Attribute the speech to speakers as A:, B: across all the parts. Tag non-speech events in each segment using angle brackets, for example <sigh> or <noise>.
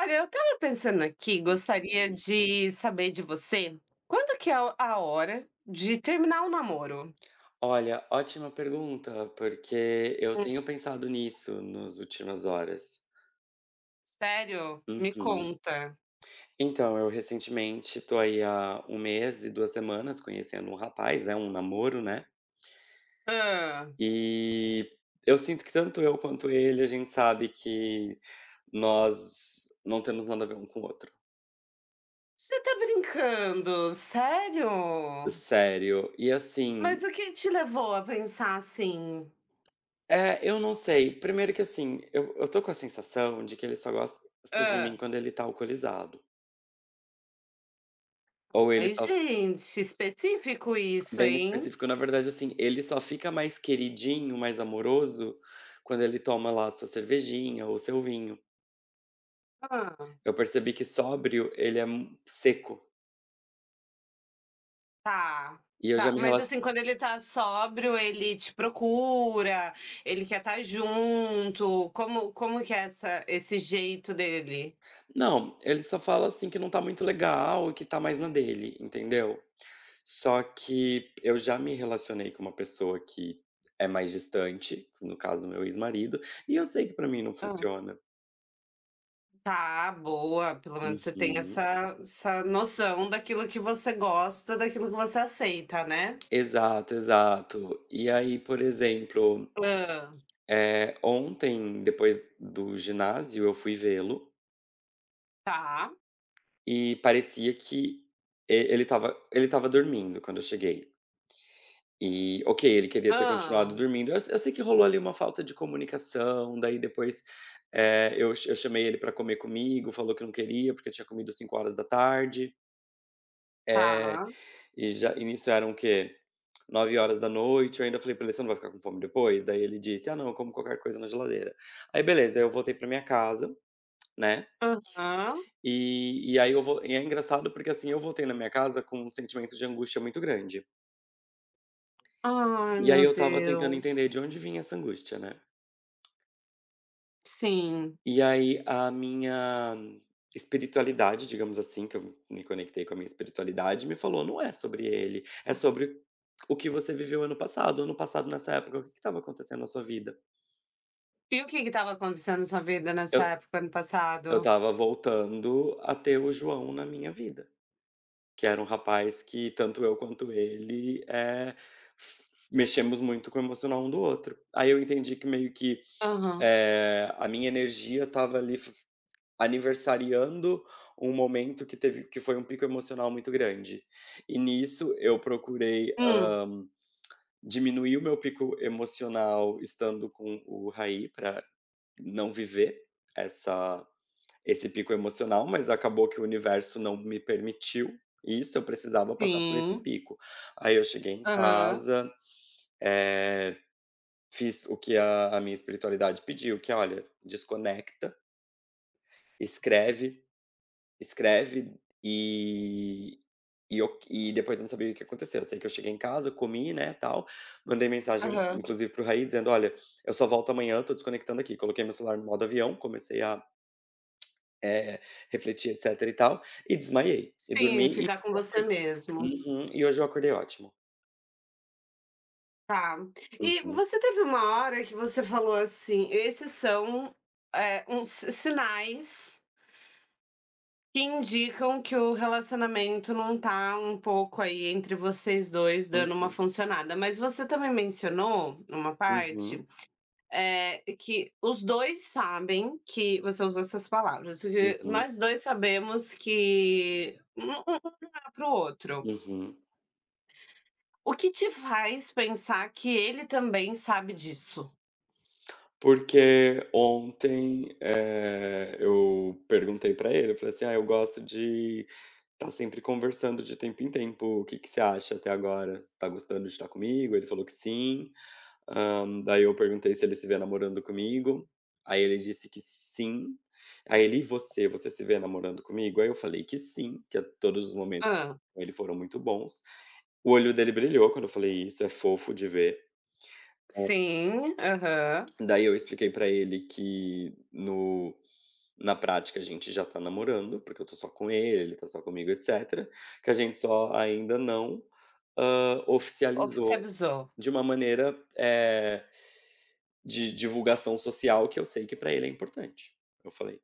A: Olha, eu estava pensando aqui, gostaria
B: Uhum.
A: de saber de você, quando que é a hora de terminar o namoro?
B: Olha, ótima pergunta, porque eu
A: Hum,
B: tenho pensado nisso nas últimas horas.
A: Sério? Me
B: Uhum.
A: conta.
B: Então, eu recentemente tô aí há um mês e 2 semanas conhecendo um rapaz, é um namoro, né.
A: Ah,
B: E eu sinto que tanto eu quanto ele, a gente sabe que nós não temos nada a ver um com o outro.
A: Você tá brincando? Sério?
B: Sério. E assim
A: Mas o que te levou a pensar assim?
B: é, eu não sei. Primeiro que assim, eu tô com a sensação de que ele só gosta de mim
A: Ah,
B: quando ele tá alcoolizado, ou ele
A: Ai,
B: só.
A: gente, específico isso,
B: Bem
A: hein?
B: específico. Na verdade, assim, ele só fica mais queridinho, mais amoroso, quando ele toma lá sua cervejinha ou seu vinho. Eu percebi que sóbrio ele é mu seco,
A: Tá,
B: e eu já
A: tá.
B: me
A: Mas, assim,
B: relaciono.
A: quando ele tá sóbrio, ele te procura, ele quer estar junto, como que é essa esse jeito dele?
B: Não, ele só fala, assim, que não tá muito legal e que tá mais na dele, entendeu. Só que eu já me relacionei com uma pessoa que é mais distante, no caso meu ex-marido, e eu sei que pra mim não
A: Hã.
B: funciona.
A: Tá, boa, pelo menos você tem
B: Uhum.
A: essa noção daquilo que você gosta, daquilo que você aceita, né?
B: Exato, exato. E aí, por exemplo.
A: Hã.
B: Ontem, depois do ginásio, eu fui vê-lo
A: Tá.
B: e parecia que e ele estava dormindo quando eu cheguei. E, ok, ele queria ter continuado
A: Hã.
B: dormindo. Eu sei que rolou ali uma falta de comunicação, daí depois, eu chamei ele para comer comigo, falou que não queria, porque tinha comido 5h. Eh,
A: Tá.
B: e nisso eram o quê? 21h. Eu ainda falei pra ele: "Você não vai ficar com fome depois?" Daí ele disse: "Ah, não, eu como qualquer coisa na geladeira". Aí beleza, eu voltei pra minha casa, né.
A: Aham.
B: E aí eu vou e é engraçado porque, assim, eu voltei na minha casa com um sentimento de angústia muito grande.
A: Ai,
B: E aí
A: meu
B: eu estava tentando
A: Deus.
B: entender de onde vinha essa angústia, né.
A: Sim.
B: E aí a minha espiritualidade, digamos assim, que eu me conectei com a minha espiritualidade, me falou: "Não é sobre ele, é sobre o que você viveu ano passado. Ano passado nessa época, o que estava acontecendo na sua vida?".
A: E o que que estava acontecendo na sua vida
B: Eu
A: nessa época, ano passado?
B: eu estava voltando a ter o João na minha vida. Que era um rapaz que tanto eu quanto ele, mexemos muito com o emocional um do outro. Aí eu entendi que meio que,
A: Aham.
B: a minha energia estava ali f aniversariando um momento que foi um pico emocional muito grande. E nisso eu procurei,
A: Hum.
B: diminuir o meu pico emocional estando com o Raí para não viver essa esse pico emocional, mas acabou que o universo não me permitiu isso, eu precisava passar por esse
A: Sim.
B: pico. Aí eu cheguei em
A: Aham,
B: casa, eh, fiz o que a minha espiritualidade pediu, que é: "Olha, desconecta, escreve, escreve", e e eu depois eu não sabia o que aconteceu. Eu sei que eu cheguei em casa, comi, né, tal, mandei mensagem
A: aham.
B: inclusive para o Raí dizendo: "Olha, eu só volto amanhã, tô desconectando aqui". Coloquei meu celular no modo avião, comecei a. É, Refleti, etc e tal, e desmaiei, e
A: Sim,
B: dormi e,
A: ficar com você mesmo.
B: uhum, e hoje eu acordei ótimo.
A: Tá. E
B: Uhum.
A: você teve uma hora que você falou assim: "Esses são, uns sinais que indicam que o relacionamento não tá um pouco aí entre vocês 2 dando uma
B: Uhum,
A: funcionada". Mas você também mencionou numa
B: uhum,
A: parte, é que os 2 sabem que você usou essas palavras, que
B: uhum,
A: "nós 2 sabemos que um dá para o outro".
B: uhum.
A: O que te faz pensar que ele também sabe disso?
B: Porque ontem, eu perguntei pra ele, eu falei assim: "Ah, eu gosto de estar sempre conversando de tempo em tempo, o que que você acha até agora? Você tá gostando de estar comigo?" Ele falou que sim. Daí eu perguntei se ele se vê namorando comigo, aí ele disse que sim. Aí ele: "E você, você se vê namorando comigo?" Aí eu falei que sim, que a todos os momentos
A: Hã.
B: com ele foram muito bons. O olho dele brilhou quando eu falei isso, é fofo de ver.
A: Sim, aham.
B: Daí eu expliquei pra ele que no na prática a gente já tá namorando, porque eu tô só com ele, ele tá só comigo, etcétera, que a gente só ainda não, oficializou
A: Oficializou.
B: de uma maneira, de divulgação social que eu sei que pra ele é importante. Eu falei: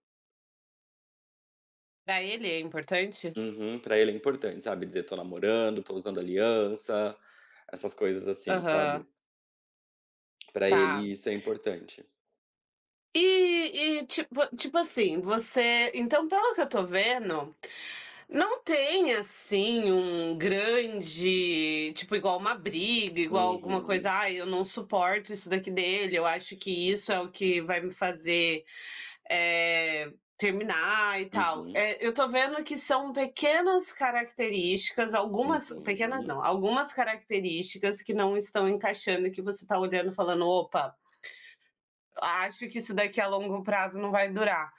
A: Pra ele é importante?
B: "Uhum, pra ele é importante", sabe, dizer: "Tô namorando, tô usando aliança", essas coisas assim,
A: Aham,
B: sabe. Pra
A: tá.
B: ele isso é importante.
A: E tipo assim, você então pelo que eu tô vendo, não tem assim um grande tipo igual uma briga, igual alguma
B: Uhum,
A: coisa: "Ai, eu não suporto isso daqui dele, eu acho que isso é o que vai me fazer eh, terminar e tal.
B: uhum,
A: Eu tô vendo que são pequenas características, algumas pequenas
B: uhum,
A: não, algumas características que não estão encaixando, que você tá olhando falando, opa, acho que isso daqui a longo prazo não vai durar.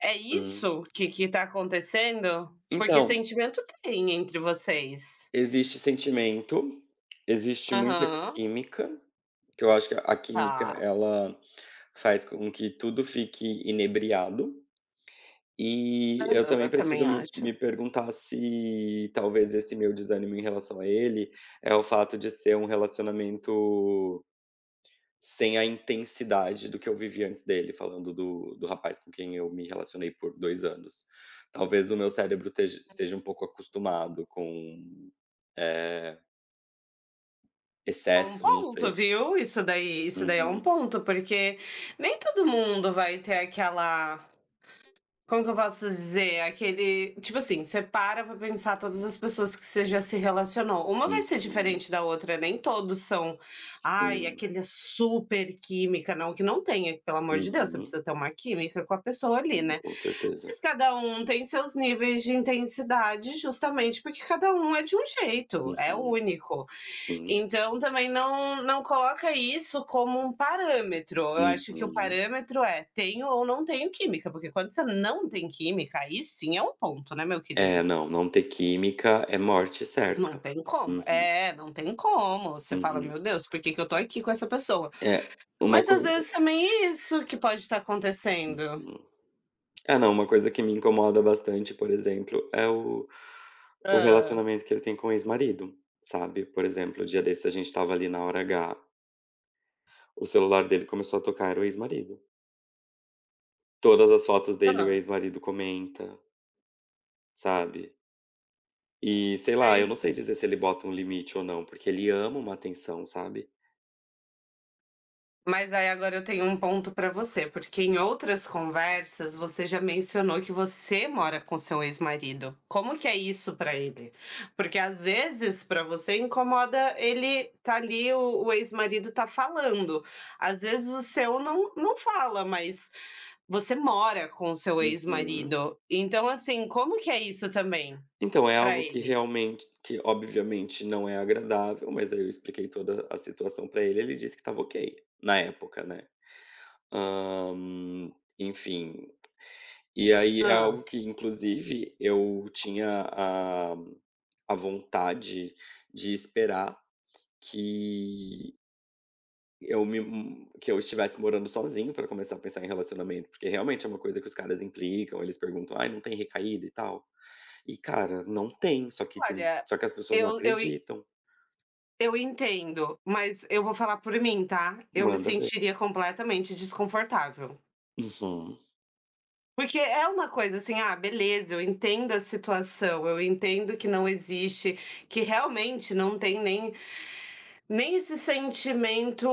A: É
B: hum.
A: isso que tá acontecendo? Porque
B: Então,
A: sentimento tem entre vocês.
B: existe sentimento, existe muita
A: Aham,
B: química, que eu acho que a química
A: tá.
B: ela faz com que tudo fique inebriado. E eu
A: Aham,
B: também
A: eu também
B: preciso me
A: acho.
B: me perguntar se talvez esse meu desânimo em relação a ele é o fato de ser um relacionamento sem a intensidade do que eu vivi antes dele, falando do rapaz com quem eu me relacionei por 2 anos. Talvez o meu cérebro esteja um pouco acostumado com, eh,
A: É um
B: excesso, não
A: ponto,
B: sei.
A: viu? Isso daí é um
B: Uhum,
A: ponto, porque nem todo mundo vai ter aquela Como que eu posso dizer? Aquele tipo assim, você para pra pensar todas as pessoas que você já se relacionou. Uma vai ser
B: uhum,
A: diferente da outra, nem todos são, ai,
B: sim,
A: aquele é super química, não, que não tenha, pelo amor de Deus, você
B: uhum,
A: precisa ter uma química com a pessoa ali,
B: sim,
A: né.
B: com certeza.
A: Mas cada um tem seus níveis de intensidade, justamente porque cada um é de um jeito, é
B: Uhum,
A: único.
B: sim,
A: Então também não, não coloca isso como um parâmetro. Eu acho que o
B: uhum.
A: parâmetro é tenho ou não tenho química, porque quando você não tem química, aí sim é um ponto, né, meu querido?
B: É, não, não ter química é morte
A: Não
B: certa.
A: tem como.
B: Uhum,
A: É, não tem como. Você fala,
B: uhum.
A: meu Deus, por que que eu tô aqui com essa pessoa?
B: É, uma
A: Mas às
B: coisa.
A: vezes também é isso que pode estar acontecendo.
B: hum. É, não, uma coisa que me incomoda bastante, por exemplo, é o
A: Hã,
B: relacionamento que ele tem com o ex-marido, sabe. Por exemplo, o dia desse a gente estava ali na hora H, o celular dele começou a tocar, era o ex-marido. Todas as fotos dele o
A: hã.
B: ex-marido comenta, sabe. E sei lá, eu
A: Mas
B: não sei dizer se ele bota um limite ou não, porque ele ama uma atenção, sabe.
A: Mas aí agora eu tenho um ponto pra você, porque em outras conversas você já mencionou que você mora com seu ex-marido. Como que é isso pra ele? Porque às vezes pra você incomoda ele tá ali, o ex-marido tá falando. Às vezes o seu não fala, mas você mora com o seu
B: Uhum.
A: ex-marido. Então, assim, como que é isso também
B: Então, é
A: pra
B: algo que
A: ele?
B: realmente que obviamente não é agradável, mas daí eu expliquei toda a situação pra ele, ele disse que estava ok, na época, né. Hã, enfim, e aí é
A: Hã.
B: algo que inclusive eu tinha a vontade de esperar que eu me que eu estivesse morando sozinho pra começar a pensar em relacionamento, porque realmente é uma coisa que os caras implicam, eles perguntam: "Ai, não tem recaída e tal?" E cara, não tem, só que tem
A: Olha,
B: só que as pessoas não
A: eu
B: acreditam.
A: Eu entendo, mas eu vou falar por mim, tá? Eu me
B: Manda ver.
A: sentiria completamente desconfortável.
B: Uhum,
A: Porque é uma coisa assim, ah, beleza, eu entendo a situação, eu entendo que não existe, que realmente não tem nem, nem esse sentimento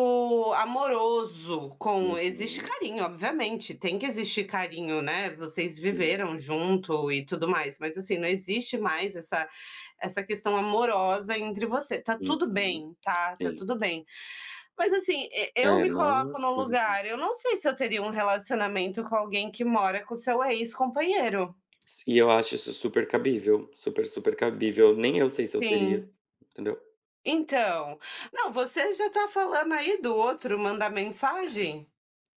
A: amoroso com. Existe
B: uhum,
A: carinho, obviamente, tem que existir carinho, né? Vocês
B: sim,
A: viveram junto e tudo mais, mas assim, não existe mais essa questão amorosa entre você. Tá tudo
B: uhum,
A: bem, tá? Tá
B: sim.
A: tudo bem. Mas assim, e eu
B: É,
A: me coloco
B: mas
A: no
B: uhum,
A: lugar, eu não sei se eu teria um relacionamento com alguém que mora com seu ex-companheiro.
B: e eu acho isso super cabível, super, super cabível, nem eu sei se eu teria,
A: Sim.
B: entendeu.
A: Então, não, você já tá falando aí do outro mandar mensagem? O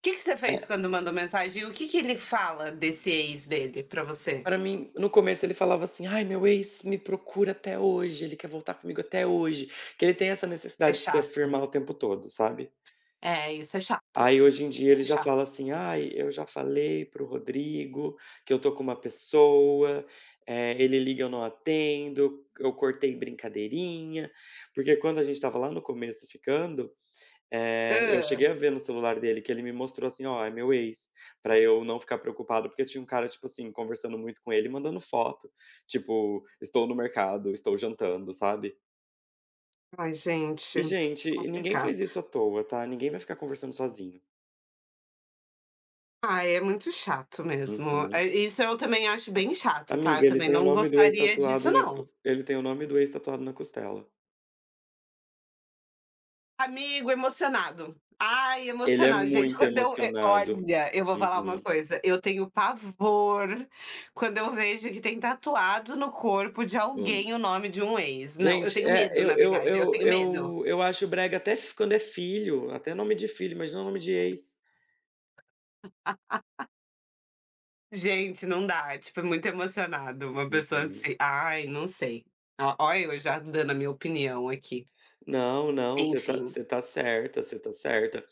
A: que que você fez
B: É,
A: quando mandou mensagem? E o que que ele fala desse ex dele pra você?
B: pra mim, no começo ele falava assim: "Ai, meu ex me procura até hoje, ele quer voltar comigo até hoje", que ele tem essa
A: É
B: necessidade de se
A: chato.
B: afirmar o tempo todo, sabe.
A: É, isso é chato,
B: Aí hoje em dia ele
A: é
B: já
A: chato.
B: fala assim: "Ai, eu já falei pro Rodrigo que eu tô com uma pessoa, ele liga eu não atendo, eu cortei brincadeirinha". Porque quando a gente estava lá no começo ficando, eu
A: Hã.
B: cheguei a ver no celular dele que ele me mostrou assim: "Ó, é meu ex", pra eu não ficar preocupado, porque tinha um cara, tipo assim, conversando muito com ele mandando foto, tipo: "Estou no mercado, estou jantando", sabe.
A: Ai gente,
B: E gente, ninguém faz
A: complicado.
B: isso à toa, tá, ninguém vai ficar conversando sozinho.
A: Ah, é muito chato mesmo.
B: Uhum.
A: É, isso eu também acho bem chato, tá. Eu
B: Amiga, ele
A: também
B: tem o
A: não
B: nome do ex
A: gostaria disso
B: tatuado na
A: não.
B: co ele tem o nome do ex tatuado na costela.
A: Amigo emocionado. Ai,
B: Ele é
A: emocionado, gente,
B: muito
A: quando eu
B: emocionado.
A: olha, eu vou falar uma
B: Uhum.
A: coisa, eu tenho pavor quando eu vejo que tem tatuado no corpo de
B: Hum.
A: alguém o nome de um ex. Não, eu
B: Gente,
A: tenho
B: é,
A: medo, na verdade, eu tenho medo.
B: eu acho brega até f quando é filho, até nome de filho, mas não nome de ex.
A: Gente, não dá, tipo, é muito emocionado, uma pessoa
B: Uhum.
A: assim, ai, não sei. Ó, olha eu já dando a minha opinião aqui.
B: Não, não,
A: Enfim.
B: você tá certa, você tá certa.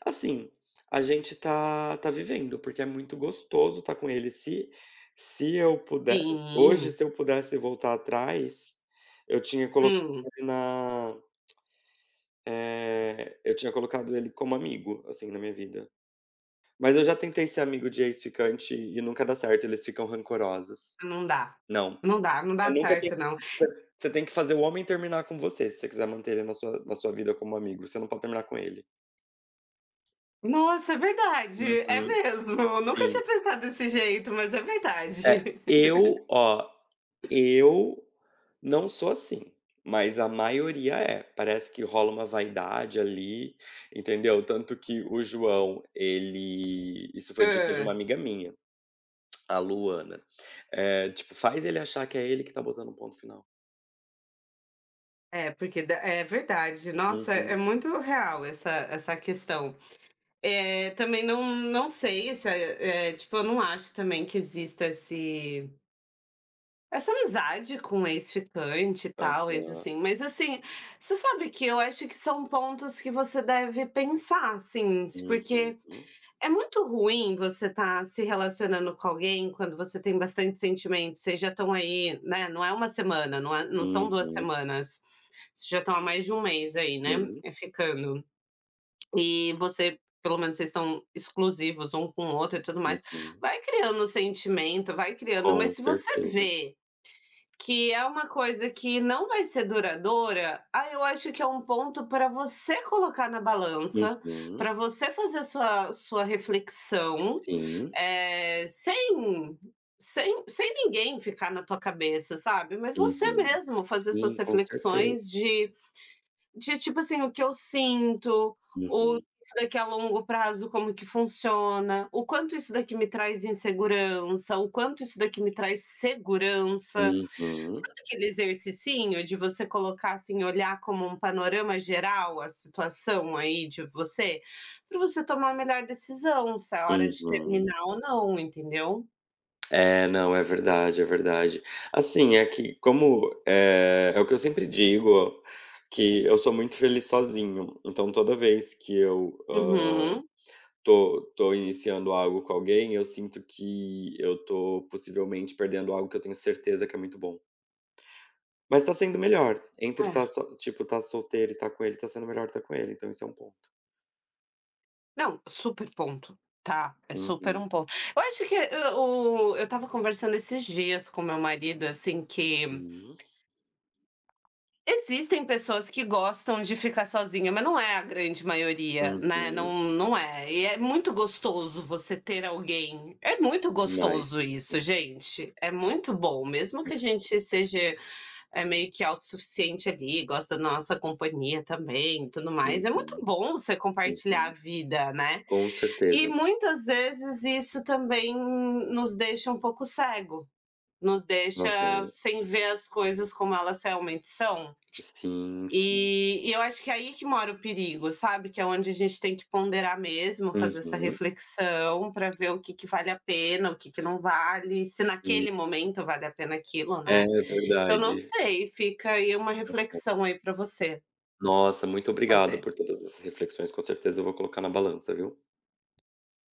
B: Assim, a gente tá vivendo, porque é muito gostoso estar com ele. Se eu puder hoje,
A: Sim.
B: se eu pudesse voltar atrás, eu tinha colocado
A: Hum,
B: ele na. Eu tinha colocado ele como amigo, assim, na minha vida. Mas eu já tentei ser amigo de ex-ficante e nunca dá certo, eles ficam rancorosos.
A: não dá.
B: Não,
A: Não dá, não
B: você
A: dá
B: nunca tem
A: certo não.
B: você tem que fazer o homem terminar com você, se você quiser manter ele na sua vida como amigo, você não pode terminar com ele.
A: Nossa, é verdade, é
B: Uhum,
A: mesmo, eu nunca
B: sim.
A: tinha pensado desse jeito, mas é
B: É,
A: verdade. <laughs>
B: eu, ó, eu não sou assim, mas a maioria é. Parece que rola uma vaidade ali, entendeu. Tanto que o João, ele isso foi dica de
A: Hã.
B: uma amiga minha. A Luana. Tipo, faz ele achar que é ele que tá botando o ponto final.
A: É, porque da é verdade. Nossa, é
B: Uhum.
A: muito real essa questão. É também não sei se, tipo, eu não acho também que exista esse Essa amizade com ex-ficante e tal, ex
B: Aham.
A: assim, mas assim, você sabe que eu acho que são pontos que você deve pensar, assim, s
B: Uhum.
A: porque é muito ruim você estar se relacionando com alguém quando você tem bastante sentimento, vocês já estão aí, né, não é uma semana, não são 2
B: Uhum.
A: semanas, vocês já estão há mais de um mês aí, né,
B: Sim.
A: ficando. E você pelo menos vocês estão exclusivos um com o outro e tudo mais,
B: Uhum.
A: vai criando sentimento, vai criando, mas
B: Com
A: se você
B: certeza.
A: vê que é uma coisa que não vai ser duradoura, aí eu acho que é um ponto para você colocar na balança,
B: Uhum.
A: para você fazer sua reflexão,
B: Sim.
A: eh, sem sem ninguém ficar na tua cabeça, sabe, mas você
B: Uhum.
A: mesmo fazer
B: Sim,
A: suas
B: com certeza.
A: reflexões de tipo assim, o que eu sinto, o
B: Uhum.
A: isso daqui a longo prazo como que funciona, o quanto isso daqui me traz insegurança, o quanto isso daqui me traz segurança.
B: Uhum.
A: Sabe aquele exercicinho de você colocar, assim, olhar como um panorama geral a situação aí de você? Para você tomar a melhor decisão, se é hora de
B: Uhum.
A: terminar ou não, entendeu?
B: É, não, é verdade, é verdade. Assim, é que como, é o que eu sempre digo, que eu sou muito feliz sozinho, então toda vez que eu, hã
A: Uhum.
B: tô iniciando algo com alguém, eu sinto que eu tô possivelmente perdendo algo que eu tenho certeza que é muito bom. Mas tá sendo melhor, entre
A: É.
B: tipo, tá solteiro e tá com ele, tá sendo melhor tá com ele, então isso é um ponto.
A: Não, super ponto, tá? É super
B: Uhum,
A: um ponto. Eu acho que, eu estava conversando esses dias com meu marido, assim, que
B: sim.
A: Existem pessoas que gostam de ficar sozinha, mas não é a grande maioria, né,
B: Uhum.
A: não é. E é muito gostoso você ter alguém. É muito
B: Demais.
A: gostoso isso, gente, é muito bom, mesmo que a gente seja, meio que autossuficiente ali, gosta da nossa companhia também e tudo
B: Sim,
A: mais, é
B: sim,
A: muito
B: sim.
A: bom você compartilhar a
B: Uhum.
A: vida, né.
B: Com
A: E
B: certeza.
A: muitas vezes isso também nos deixa um pouco cego, nos deixa
B: Aham.
A: sem ver as coisas como elas realmente são.
B: Sim, sim.
A: E eu acho que é aí que mora o perigo, sabe, que é onde a gente tem que ponderar mesmo, fazer essa
B: Uhum.
A: reflexão pra ver o que que vale a pena, o que que não vale, se
B: Sim.
A: naquele momento vale a pena aquilo,
B: É
A: né. Eu não
B: verdade.
A: sei, fica aí uma reflexão aí pra você
B: Nossa, muito obrigado
A: fazer.
B: por todas essas reflexões, com certeza eu vou colocar na balança, viu.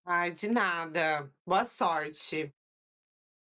A: Ai, de nada. Boa sorte.